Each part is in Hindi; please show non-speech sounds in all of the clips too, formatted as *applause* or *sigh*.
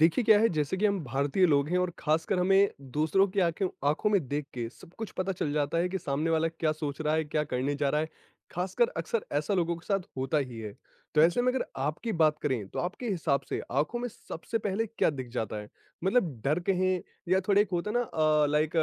देखिए क्या है जैसे कि हम भारतीय लोग हैं और खासकर हमें दूसरों की आंखें आंखों में देख के सब कुछ पता चल जाता है कि सामने वाला क्या सोच रहा है क्या करने जा रहा है। खासकर अक्सर ऐसा लोगों के साथ होता ही है। तो जी, ऐसे में अगर आपकी बात करें तो आपके हिसाब से आंखों में सबसे पहले क्या दिख जाता है? मतलब डर कहें या थोड़ा एक होता ना, लाइक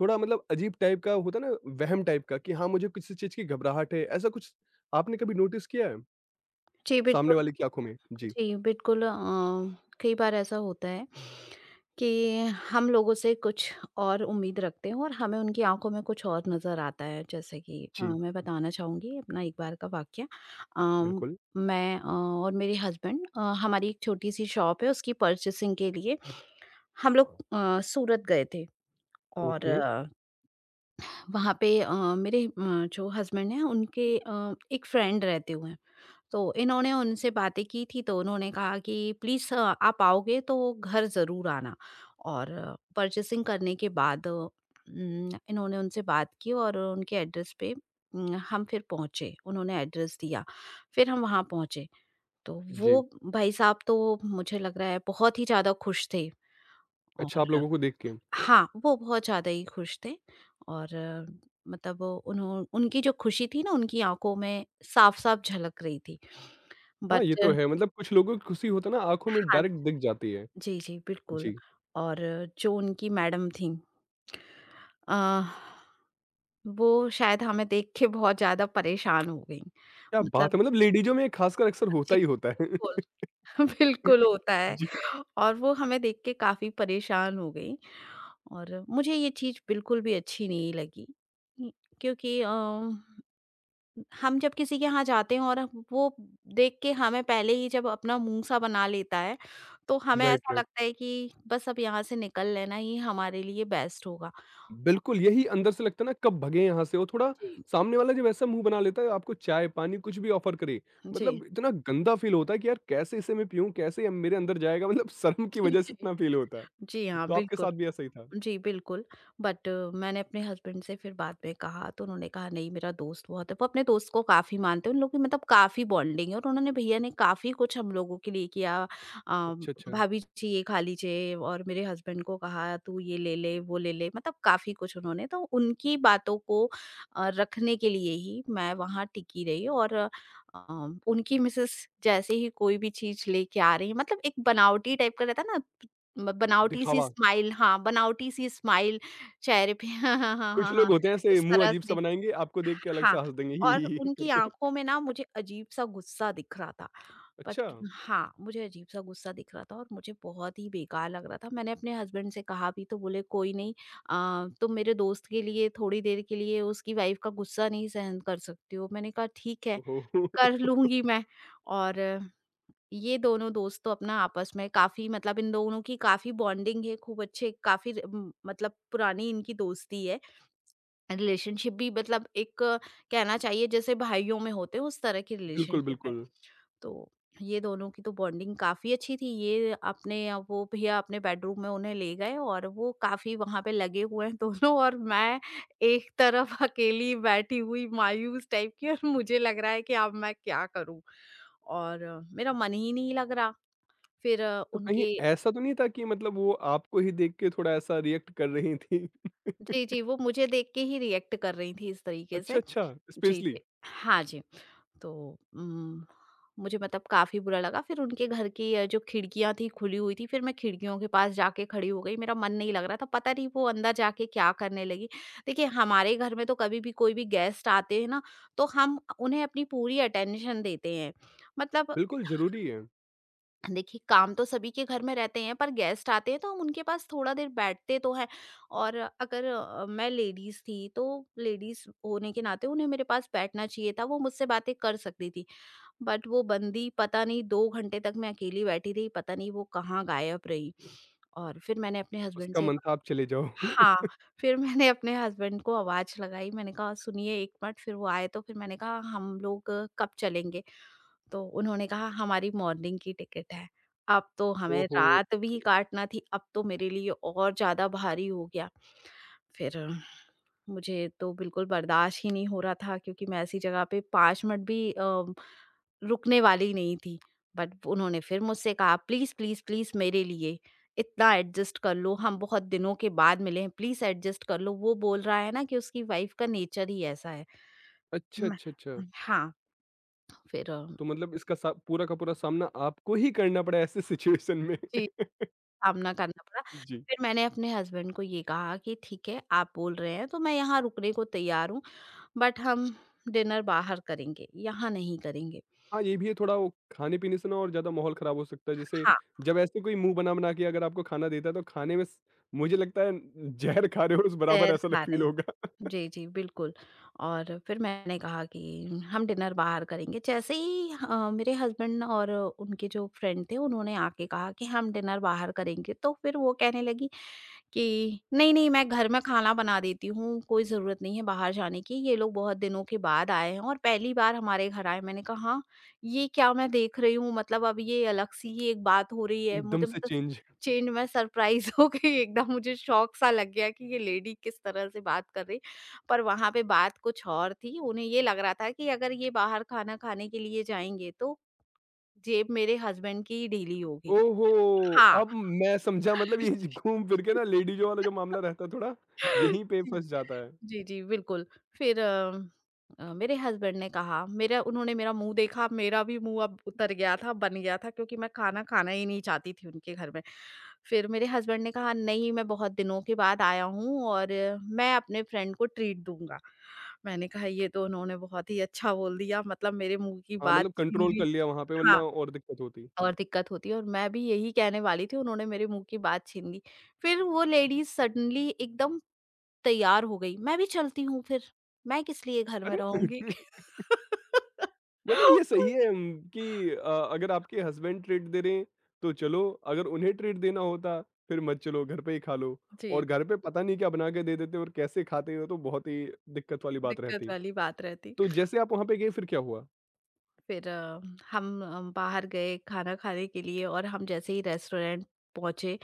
थोड़ा मतलब अजीब टाइप का होता ना, वहम टाइप का कि हाँ मुझे किसी चीज की घबराहट है ऐसा कुछ। आपने कभी नोटिस किया है जी सामने बिल्कुल। वाले की आंखों में? जी। जी बिल्कुल। कई बार ऐसा होता है कि हम लोगों से कुछ और उम्मीद रखते हैं और हमें उनकी आँखों में कुछ और नज़र आता है। जैसे कि जी मैं बताना चाहूँगी अपना एक बार का वाक़या। अम, बिल्कुल। मैं और मेरे हस्बैंड, हमारी एक छोटी-सी शॉप है, उसकी परचेसिंग के लिए हम लोग सूरत गए थे। और ओके। वहाँ पे मेरे, जो हस्बैंड हैं उनके एक फ्रेंड रहते हुए हैं। तो इन्होंने उनसे बातें की थी तो उन्होंने कहा कि प्लीज़, आप आओगे तो घर ज़रूर आना। और परचेसिंग करने के बाद अ, न, इन्होंने उनसे बात की और उनके एड्रेस पे न, हम फिर पहुंचे, उन्होंने एड्रेस दिया, फिर हम वहां पहुंचे। तो जी। वो भाई साहब तो मुझे लग रहा है बहुत ही ज़्यादा खुश थे। अच्छा, आप और लोगों को देख के। हाँ, वो बहुत ज़्यादा ही खुश थे। और मतलब उन्हों उनकी जो खुशी थी ना, उनकी आंखों में साफ साफ झलक रही थी। हाँ, ये बट तो है मतलब कुछ लोगों की खुशी होता है ना आँखों में हाँ। डायरेक्ट दिख जाती है। जी, जी, बिल्कुल। जी। और जो उनकी मैडम थीं, अ, वो शायद हमें देख के बहुत ज़्यादा परेशान हो गईं। क्या बात मतलब, है मतलब लेडीज़ों में खासकर अक्सर होता जी, ही होता है। बिल्कुल, *laughs* बिल्कुल *laughs* होता है। जी। और वो हमें देख के काफ़ी परेशान हो गईं और मुझे ये चीज़ बिल्कुल भी अच्छी नहीं लगी। हुँ, क्योंकि हम जब किसी के यहाँ जाते हैं और हम वो देख के, हमें पहले ही जब अपना मुँह-सा बना लेता है, तो हमें राइट, ऐसा राइट। लगता है कि बस अब यहाँ से निकल लेना ही हमारे लिए बेस्ट होगा। बिल्कुल, और यही अंदर से लगता है ना कब भगे यहाँ से, वो थोड़ा जी, सामने वाला जब ऐसा मुँह बना लेता है आपको चाय, पानी कुछ भी ऑफ़र करे, जी, मतलब इतना गंदा फ़ील होता है कि यार कैसे इसे मैं पीऊँ? कैसे ये मेरे अंदर जाएगा? मतलब शर्म की जी, वजह से जी। इतना फ़ील होता है। जी हाँ, तो आपके बिल्कुल। साथ भी ऐसा ही था? जी, बिल्कुल। बट मैंने अपने हस्बैंड से फिर बाद में कहा, तो उन्होंने कहा नहीं मेरा दोस्त बहुत है, वो अपने दोस्त को काफ़ी मानते हैं, उन लोगों की मतलब काफ़ी बॉन्डिंग है और उन्होंने भैया ने काफ़ी कुछ हम लोगों के लिए किया। अ, अच्छा, अच्छा, भाभी जी ये खा लीजिए और मेरे हस्बैंड को कहा तू ये ले ले, वो ले ले, मतलब काफ़ी कुछ उन्होंने। तो उनकी बातों को रखने के लिए ही मैं वहाँ टिकी रही। और अ, उनकी मिसेज़ जैसे ही कोई भी चीज़ लेके आ रही है, मतलब एक बनावटी टाइप का रहता है ना, ब बनावटी सी दिखावा। स्माइल, हाँ, बनावटी सी स्माइल चेहरे पे। *laughs* हाँ, हाँ, हाँ, कुछ हाँ, हाँ, लोग होते हैं ऐसे इस मुँह तरह अजीब-सा से। बनाएँगे, आपको देख के हाँ, अलग-सा हँस देंगे *laughs* और ही उनकी करके। आँखों में ना मुझे अजीब-सा गुस्सा दिख रहा था। अच्छा! बट हाँ, मुझे अजीब-सा गुस्सा दिख रहा था और मुझे बहुत ही बेकार लग रहा था। मैंने अपने हस्बैंड से कहा भी तो बोले, "कोई नहीं, तुम मेरे दोस्त के लिए थोड़ी देर के लिए उसकी वाइफ़ का गुस्सा नहीं सहन कर सकती हो।" मैंने कहा, "ठीक है, ओहो! कर *laughs* लूँगी मैं।" और ये दोनों दोस्त तो अपना आपस में काफ़ी, मतलब इन दोनों की काफ़ी बॉन्डिंग है, खूब अच्छे, काफ़ी मतलब पुरानी इनकी दोस्ती है। रिलेशनशिप भी, मतलब एक, कहना चाहिए जैसे भाइयों में होते हैं, उस तरह की बिल्कुल, रिलेशनशिप है। बिल्कुल। तो ये दोनों की तो बॉन्डिंग काफ़ी अच्छी थी। ये अपने, वो भैया अपने बेडरूम में उन्हें ले गए और वो काफ़ी वहाँ पे लगे हुए हैं दोनों *laughs* और मैं एक तरफ अकेली बैठी हुई मायूस टाइप की, और मुझे लग रहा है कि अब मैं क्या करूँ? और मेरा मन ही नहीं लग रहा। फिर तो कहीं उनके, ऐसा तो नहीं था कि मतलब वो आपको ही देख के थोड़ा ऐसा रिएक्ट कर रही थीं? जी, जी, वो मुझे देख के ही रिएक्ट कर रही थी इस तरीके अच्छा, से। अच्छा, जी, स्पेशली। जी। हाँ जी, तो उम, मुझे मतलब काफ़ी बुरा लगा। फिर उनके घर की जो खिड़कियाँ थी खुली हुई थी, फिर मैं खिड़कियों के पास जाके खड़ी हो गई। मेरा मन नहीं लग रहा था, पता नहीं वो अंदर जाके क्या करने लगी। देखिए, हमारे घर में तो कभी भी कोई भी गेस्ट आते हैं ना, तो हम उन्हें अपनी पूरी अटेंशन देते हैं। मतलब बिल्कुल ज़रूरी है। देखिए, काम तो सभी के घर में रहते हैं, पर गेस्ट आते हैं तो हम उनके पास थोड़ा देर बैठते तो हैं। और अगर मैं लेडीज थी तो लेडीज होने के नाते उन्हें मेरे पास बैठना चाहिए था, वो मुझसे बातें कर सकती थी। बट वो बंदी पता नहीं, दो घंटे तक मैं अकेली बैठी रही, पता नहीं वो कहाँ गायब रही। और फिर मैंने अपने हस्बैंड उसका से मन कहा, था आप चले जाओ। हाँ, *laughs* फिर मैंने अपने हस्बैंड को आवाज लगाई। मैंने कहा सुनिए एक मिनट, फिर वो आए, तो फिर मैंने कहा हम लोग कब चलेंगे? तो उन्होंने कहा हमारी मॉर्निंग की टिकट है। अब तो हमें ओहो! रात भी काटना थी, अब तो मेरे लिए और ज़्यादा भारी हो गया। फिर मुझे तो बिल्कुल बर्दाश्त ही नहीं हो रहा था, क्योंकि मैं ऐसी जगह पे 5 मिनट भी रुकने वाली नहीं थी। बट उन्होंने फिर मुझसे कहा प्लीज़, प्लीज़, प्लीज़ मेरे लिए इतना एडजस्ट कर लो, हम बहुत दिनों के बाद मिले हैं, प्लीज़ एडजस्ट कर लो। वो बोल रहा है ना कि उसकी वाइफ का नेचर ही ऐसा है। अच्छा, मैं अच्छा, अच्छा। हाँ, फिर तो मतलब इसका सा पूरा का पूरा सामना आपको ही करना पड़ा ऐसे सिचुएशन में। जी, *laughs* सामना करना पड़ा। जी। फिर मैंने अपने हस्बैंड को ये कहा कि ठीक है, आप बोल रहे हैं तो मैं यहाँ रुकने को तैयार हूँ, बट हम डिनर बाहर करेंगे, यहाँ नहीं करेंगे। हाँ, ये भी है थोड़ा वो खाने-पीने से ना और ज़्यादा माहौल खराब हो सकता है। जैसे हाँ, जब ऐसे कोई मुँह बना-बना के अगर आपको खाना देता है तो खाने में स मुझे लगता है ज़हर खा रहे हो उस बराबर ज़हर ऐसा ल खा रहे फील हैं। होगा। जी, जी, बिल्कुल। और फिर मैंने कहा कि हम डिनर बाहर करेंगे। जैसे ही मेरे हस्बैंड और उनके जो फ्रेंड थे, उन्होंने आके कहा कि हम डिनर बाहर करेंगे, तो फिर वो कहने लगी कि नहीं, नहीं, मैं घर में खाना बना देती हूँ, कोई ज़रूरत नहीं है बाहर जाने की, ये लोग बहुत दिनों के बाद आए हैं और पहली बार हमारे घर आए। मैंने कहा हाँ, ये क्या मैं देख रही हूँ, मतलब अब ये अलग सी ही एक बात हो रही *laughs* है। एकदम मुझे से मतलब स चेंज। चेंज, मैं सरप्राइज़ *laughs* हो गई एकदम, मुझे शॉक सा लग गया कि ये लेडी किस तरह से बात कर रही। पर वहाँ पे बात कुछ और थी, उन्हें ये लग रहा था कि अगर ये बाहर खाना खाने के लिए जाएँगे तो जेब मेरे हस्बैंड की ही ढीली होगी। ओहो! हाँ। अब मैं समझा मतलब ये घूम फिर के ना लेडीज़ों वाला जो *laughs* मामला रहता है थोड़ा, यहीं पे जी, फँस जाता है। जी, जी, बिल्कुल। फिर अ अ, मेरे हस्बैंड ने कहा मेरा, उन्होंने मेरा मुँह देखा, मेरा भी मुँह अब उतर गया था, बन गया था क्योंकि मैं खाना खाना ही नहीं चाहती थी उनके घर में। फिर मेरे हस्बैंड ने कहा, "नहीं, मैं बहुत दिनों के बाद आया हूँ और मैं अपने फ्रेंड को ट्रीट दूँगा।" मैंने कहा, "ये तो उन्होंने बहुत ही अच्छा बोल दिया, मतलब मेरे मुँह की हाँ, बात मतलब छीन कंट्रोल कर ली।" लिया वहाँ पे वरना हाँ, और दिक्कत होती। और दिक्कत होती है और मैं भी यही कहने वाली थी, उन्होंने मेरे मुँह की बात छीन ली। फिर वो लेडीज़ सडनली एकदम तैयार हो गई, मैं भी चलती हूँ फिर, मैं किस लिए घर में अरे! रहूँगी। *laughs* मतलब ये सही है *laughs* कि अगर आपके हस्बैंड ट्रीट दे रहे हैं, तो चलो अगर उन्हें ट्रीट देना होता, फिर मत चलो घर पे ही खा लो। और जी, घर पे पता नहीं क्या बना के दे देते और कैसे खाते हो तो बहुत ही दिक्कत वाली बात दिक्कत रहती। वाली बात रहती। तो जैसे आप वहाँ पे गए फिर क्या हुआ? फिर हम बाहर गए खाना खाने के लिए, और हम जैसे ही रेस्टोरेंट पहुँचे,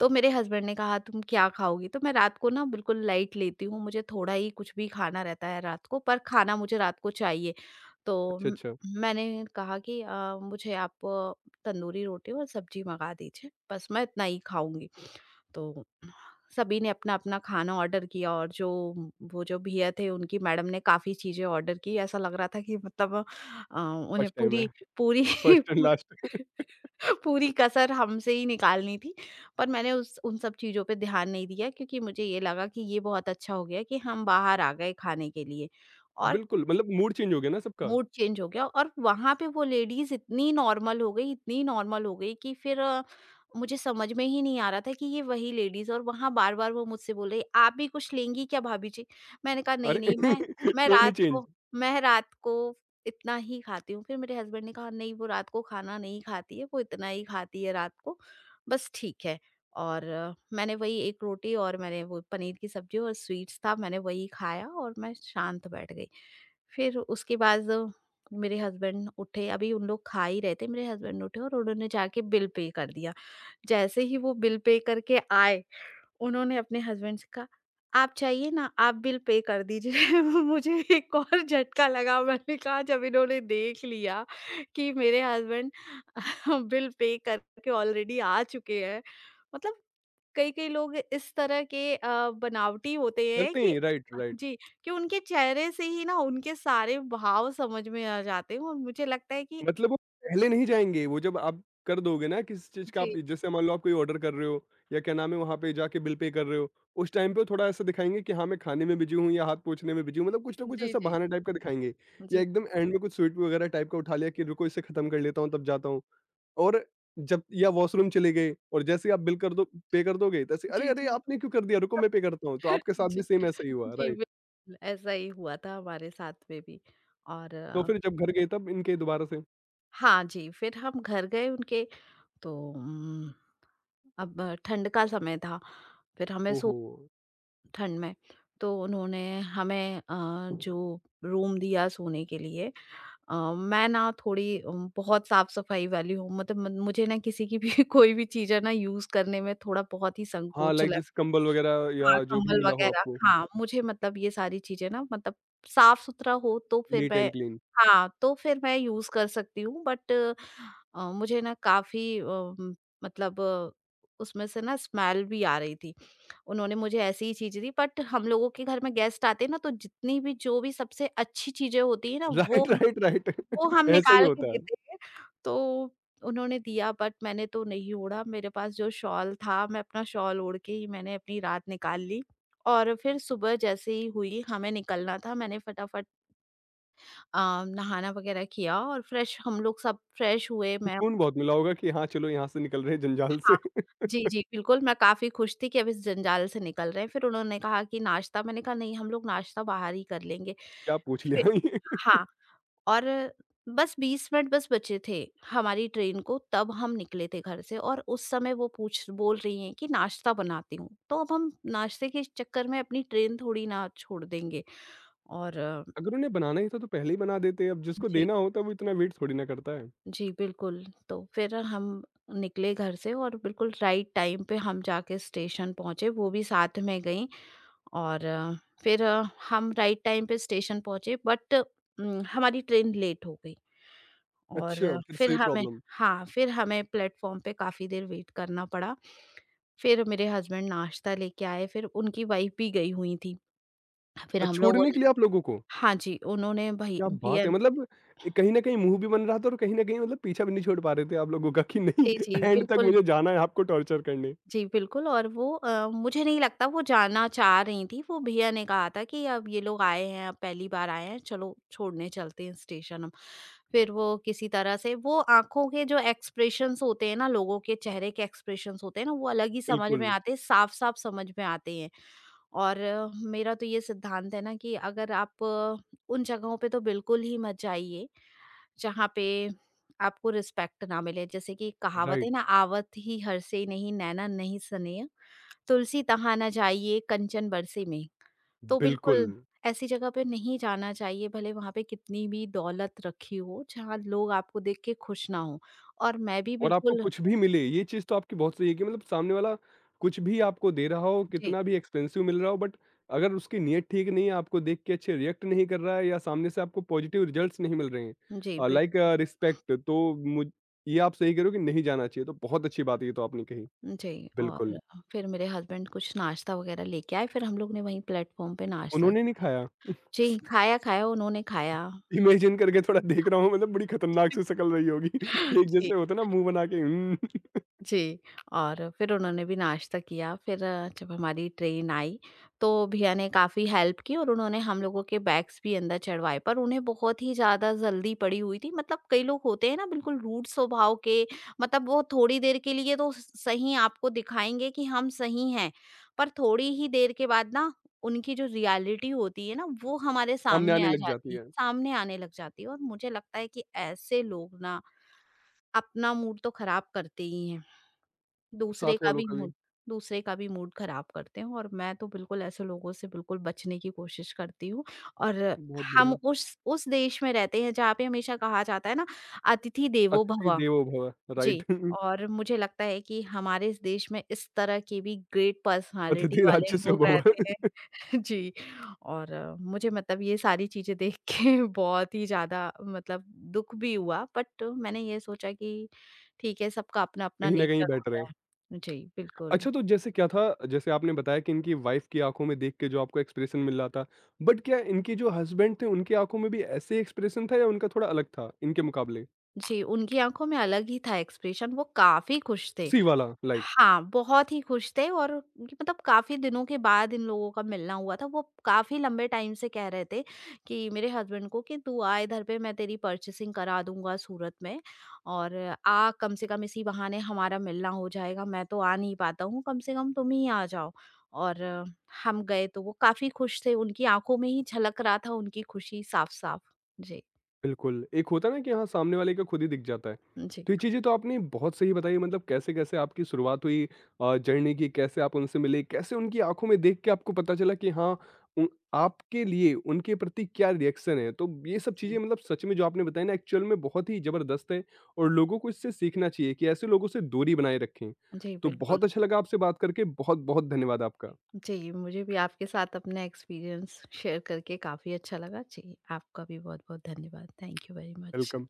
तो मेरे हस्बैंड ने कहा तुम क्या खाओगी? तो मैं रात को ना बिल्कुल लाइट लेती हूँ, मुझे थोड़ा ही कुछ भी खाना रहता है रात को, पर खाना मुझे रात को चाहिए। तो अच्छा, म अच्छा, मैंने कहा कि मुझे आप, तंदूरी रोटी और सब्ज़ी मँगा दीजिए, बस मैं इतना ही खाऊँगी। तो सभी ने अपना-अपना खाना ऑर्डर किया और जो, वो जो भैया थे उनकी मैडम ने काफ़ी चीज़ें ऑर्डर की। ऐसा लग रहा था कि मतलब उन्हें फर्स्ट टाइम है, पूरी, पूरी फर्स्ट *laughs* एंड पू लास्ट *laughs* पूरी कसर हमसे ही निकालनी थी। पर मैंने उस उन सब चीज़ों पे ध्यान नहीं दिया, क्योंकि मुझे ये लगा कि ये बहुत अच्छा हो गया कि हम बाहर आ गए खाने के लिए। और बिल्कुल, मतलब मूड चेंज हो गया ना सबका। मूड चेंज हो गया, और वहाँ पे वो लेडीज़ इतनी नॉर्मल हो गई, इतनी नॉर्मल हो गई कि फिर मुझे समझ में ही नहीं आ रहा था कि ये वही लेडीज़। और वहाँ बार-बार वो मुझसे बोल रही, "आप भी कुछ लेंगी क्या भाभी जी?" मैंने कहा, "नहीं, अरे! नहीं, मैं *laughs* मैं टोन ही रात चेंज को, मैं रात को इतना ही खाती हूँ।" फिर मेरे हस्बैंड ने कहा, "नहीं, वो रात को खाना नहीं खाती है, वो इतना ही खाती है रात को, बस ठीक है।" और मैंने वही 1 रोटी और मैंने वो पनीर की सब्ज़ी और स्वीट्स था, मैंने वही खाया और मैं शांत बैठ गई। फिर उसके बाद मेरे हस्बैंड उठे, अभी उन लोग खा ही रहे थे, मेरे हस्बैंड उठे और उन्होंने जाके बिल पे कर दिया। जैसे ही वो बिल पे करके आए, उन्होंने अपने हस्बैंड से कहा, "आप चाहिए ना, आप बिल पे कर दीजिए।" *laughs* मुझे एक और झटका लगा, मैंने कहा जब इन्होंने देख लिया कि मेरे हस्बैंड *laughs* बिल पे करके ऑलरेडी आ चुके हैं, मतलब कई-कई लोग इस तरह के बनावटी होते हैं करते कि हैं, राइट, राइट। जी, कि उनके चेहरे से ही ना उनके सारे भाव समझ में आ जाते हैं, और मुझे लगता है कि मतलब वो पहले नहीं जाएँगे, वो जब आप कर दोगे ना किसी चीज़ का आप जी, जैसे मान लो आप कोई ऑर्डर कर रहे हो या क्या नाम है वहाँ पे जाके बिल पे कर रहे हो, उस टाइम पे वो थोड़ा ऐसा दिखाएँगे कि हाँ, मैं खाने में बिज़ी हूँ या हाथ पोंछने में बिज़ी हूँ, मतलब कुछ ना कुछ जी, ऐसा जी। बहाना टाइप का दिखाएँगे या जी। एकदम एंड में कुछ स्वीट वगैरह टाइप का उठा लिया कि रुको इसे खत्म कर लेता हूँ तब जाता हूँ। और जब या वॉशरूम चले गए और जैसे ही आप बिल कर दो पे कर दोगे तैसे अरे! जी, अरे! जी। आपने क्यों कर दिया? रुको मैं पे करता हूँ, तो *laughs* आपके साथ भी जी, सेम ऐसा ही हुआ, जी, राइट। बिल्कुल ऐसा ही हुआ था हमारे साथ में भी। और तो फिर जब घर गए तब इनके दोबारा से हाँ जी, फिर हम घर गए उनके, तो अब ठंड का समय था। फिर हमें ओहो! ठंड में, तो उन्होंने हमें जो रूम दिया सोने के लिए, मैं ना थोड़ी बहुत साफ-सफाई वाली हूँ मतलब म मुझे ना किसी की भी *laughs* कोई भी चीज़ है ना यूज़ करने में थोड़ा बहुत ही हाँ, संकोच लाइक जैसे लगता। कंबल वगैरह हाँ, या जो भी कंबल मिला हो वग़ैरह आपको, हाँ, मुझे मतलब ये सारी चीज़ें ना मतलब साफ़-सुथरा हो तो फिर नीट मैं। And clean. हाँ, तो फिर मैं यूज़ कर सकती हूँ बट मुझे ना काफ़ी मतलब उसमें से ना स्मेल भी आ रही थी। उन्होंने मुझे ऐसी ही चीज़ दी बट हम लोगों के घर में गेस्ट आते हैं ना तो जितनी भी जो भी सबसे अच्छी चीज़ें होती हैं ना वो राइट, राइट, राइट *laughs* हम ऐसा ही निकाल के होता है। देते हैं, तो उन्होंने दिया बट मैंने तो नहीं ओढ़ा, मेरे पास जो शॉल था, मैं अपना शॉल ओढ़ के ही मैंने अपनी रात निकाल ली। और फिर सुबह जैसे ही हुई, हमें निकलना था, मैंने फटाफट नहाना वगैरह किया और फ्रेश हम लोग सब फ्रेश हुए, मैं सुकून बहुत मिला होगा कि हाँ, चलो यहाँ से निकल रहे हैं जंजाल से। हाँ। *laughs* जी, जी, बिल्कुल, मैं काफ़ी खुश थी कि अब इस जंजाल से निकल रहे हैं, फिर उन्होंने कहा कि नाश्ता। मैंने कहा, "नहीं, हम लोग नाश्ता बाहर ही कर लेंगे।" क्या पूछ लिया फिर *laughs* ये। हाँ। और बस 20 मिनट बस बचे थे हमारी ट्रेन को तब हम निकले थे घर से और उस समय वो पूछ बोल रही हैं कि नाश्ता बनाती हूँ तो अब हम नाश्ते के चक्कर में अपनी ट्रेन थोड़ी ना छोड़ देंगे। और अगर उन्हें बनाना ही था तो पहले ही बना देते, अब जिसको जी देना होता है वो इतना वेट थोड़ी ना करता है। जी बिल्कुल। तो फिर हम निकले घर से और बिल्कुल राइट टाइम पे हम जाके स्टेशन पहुंचे, वो भी साथ में गई। और फिर हम राइट टाइम पे स्टेशन पहुंचे बट हमारी ट्रेन लेट हो गई। और अच्छा, फिर से फिर ये हमें प्रॉब्लम। हाँ, फिर हमें प्लेटफ़ॉर्म पे काफ़ी देर वेट करना पड़ा। फिर मेरे हस्बैंड नाश्ता लेके आए, फिर उनकी वाइफ़ भी गई हुई थी। फिर हम लोगों छोड़ने ने के लिए आप लोगों को? हाँ जी, उन्होंने भई क्या बात भैया है! मतलब ए, कहीं न कहीं मुँह भी बन रहा था और कहीं न कहीं मतलब पीछा भी नहीं छोड़ पा रहे थे आप लोगों का कि नहीं जी, *laughs* जी, एंड तक बिल्कुल। मुझे जाना है आपको टॉर्चर करने। जी, बिल्कुल और वो मुझे नहीं लगता वो जाना चाह रही थीं, वो भैया ने कहा था कि अब ये लोग आए हैं, अब पहली बार आए हैं, चलो छोड़ने चलते हैं स्टेशन हम। फिर वो किसी तरह से वो आँखों के जो एक्सप्रेशंस होते हैं ना, लोगों के चेहरे के एक्सप्रेशंस होते हैं ना, वो अलग ही समझ में बिल्कुल, आते हैं, साफ-साफ समझ में आते हैं। और मेरा तो ये सिद्धांत है ना कि अगर आप उन जगहों पे तो बिल्कुल ही मत जाइए, जहाँ पे आपको रिस्पेक्ट ना मिले। जैसे कि कहावत है राइट, ना, "आवत ही हर से नहीं नैना नहीं सने" तुलसी तहाना जाइए कंचन बरसे में, तो बिल्कुल। बिल्कुल ऐसी जगह पे नहीं जाना चाहिए, भले वहाँ पे कितनी भी दौलत रखी हो, जहाँ लोग आपको देख के खुश ना हों। और मैं भी और आपको बिल्कुल कुछ भी मिले, ये चीज़ तो आपकी बहुत सही है कि मतलब सामने वाला कुछ भी आपको दे रहा हो, जी, कितना भी एक्सपेंसिव मिल रहा हो बट अगर उसकी नीयत ठीक नहीं है, आपको देख के अच्छे रिएक्ट नहीं कर रहा है या सामने से आपको पॉजिटिव रिजल्ट्स नहीं मिल रहे हैं जी, बिल लाइक रिस्पेक्ट तो मुझ ये आप सही कह रहे हो कि नहीं जाना चाहिए, तो बहुत अच्छी बात ये तो आपने कही। जी। बिल्कुल, और फिर मेरे हस्बैंड कुछ नाश्ता वगैरह लेके आए, फिर हम लोग ने वहीं प्लेटफ़ॉर्म पे नाश्ता उन्होंने नहीं खाया। *laughs* जी, खाया-खाया उन्होंने खाया। इमेजिन करके थोड़ा देख रहा हूँ मतलब बड़ी खतरनाक सी शक्ल रही होगी। *laughs* *laughs* एक जी। जैसे होता है ना मुँह बना के जी, और फिर उन्होंने भी नाश्ता किया, फिर जब हमारी ट्रेन आई, तो भैया ने काफ़ी हेल्प की और उन्होंने हम लोगों के बैग्स भी अंदर चढ़वाए, पर उन्हें बहुत ही ज़्यादा जल्दी पड़ी हुई थी। मतलब कई लोग होते हैं ना बिल्कुल रूड स्वभाव के, मतलब वो थोड़ी देर के लिए तो स सही आपको दिखाएँगे कि हम सही हैं, पर थोड़ी ही देर के बाद ना उनकी जो रियलिटी होती है ना, वो हमारे सामने सामने आने आ लग जाती जाती है, है, सामने आने लग जाती है और मुझे लगता है कि ऐसे लोग ना अपना मूड तो खराब करते ही हैं। दूसरे साथ का वालों भी का भी। मूड दूसरे का भी मूड खराब करते हैं और मैं तो बिल्कुल ऐसे लोगों से बिल्कुल बचने की कोशिश करती हूँ। और बहुत हम बढ़िया। उस देश में रहते हैं जहाँ पे हमेशा कहा जाता है ना, अतिथि देवो अतिथि भव। देवो भव, राइट। जी *laughs* और मुझे लगता है कि हमारे इस देश में इस तरह के भी ग्रेट पर्सनालिटी अतिथि वाले राक्षसो लोग भव रहते हैं। *laughs* *laughs* जी, और मुझे मतलब ये सारी चीज़ें देख के *laughs* बहुत ही ज़्यादा मतलब दुःख भी हुआ, बट मैंने ये सोचा कि ठीक है, सबका अपना-अपना कहीं न कहीं नेचर बेटर होता है। है। जी, बिल्कुल। अच्छा तो जैसे क्या था जैसे आपने बताया कि इनकी वाइफ की आँखों में देख के जो आपको एक्सप्रेशन मिल रहा था, बट क्या इनके जो हस्बैंड थे उनकी आँखों में भी ऐसे ही एक्सप्रेशन था या उनका थोड़ा अलग था इनके मुकाबले? जी, उनकी आँखों में अलग ही था एक्सप्रेशन, वो काफ़ी खुश थे। उसी वाला लाइक? हाँ, बहुत ही खुश थे और उनकी मतलब काफ़ी दिनों के बाद इन लोगों का मिलना हुआ था। वो काफ़ी लंबे टाइम से कह रहे थे कि मेरे हस्बैंड को कि तू आ इधर पे मैं तेरी परचेसिंग करा दूँगा सूरत में और आ कम से कम इसी बहाने हमारा मिलना हो जाएगा। मैं तो आ नहीं पाता हूँ, कम से कम तुम ही आ जाओ। और हम गए तो वो काफ़ी खुश थे, उनकी आँखों में ही झलक रहा था उनकी खुशी साफ-साफ। जी, बिल्कुल, एक होता है ना कि हाँ, सामने वाले का खुद ही दिख जाता है। जी, तो ये चीज़ें तो आपने बहुत सही बताई मतलब कैसे-कैसे आपकी शुरुआत हुई जर्नी की, कैसे आप उनसे मिले, कैसे उनकी आँखों में देख के आपको पता चला कि हाँ, उन आपके लिए उनके प्रति क्या रिएक्शन है। तो ये सब चीज़ें जी, मतलब सच में जो आपने बताई ना एक्चुअल में बहुत ही ज़बरदस्त है और लोगों को इससे सीखना चाहिए कि ऐसे लोगों से दूरी बनाए रखें। जी, तो बिल्कुल। बहुत अच्छा लगा आपसे बात करके, बहुत-बहुत धन्यवाद आपका। जी, मुझे भी आपके साथ अपना एक्सपीरियंस शेयर करके काफ़ी अच्छा लगा। जी, आपका भी बहुत-बहुत धन्यवाद। Thank you very much. Welcome.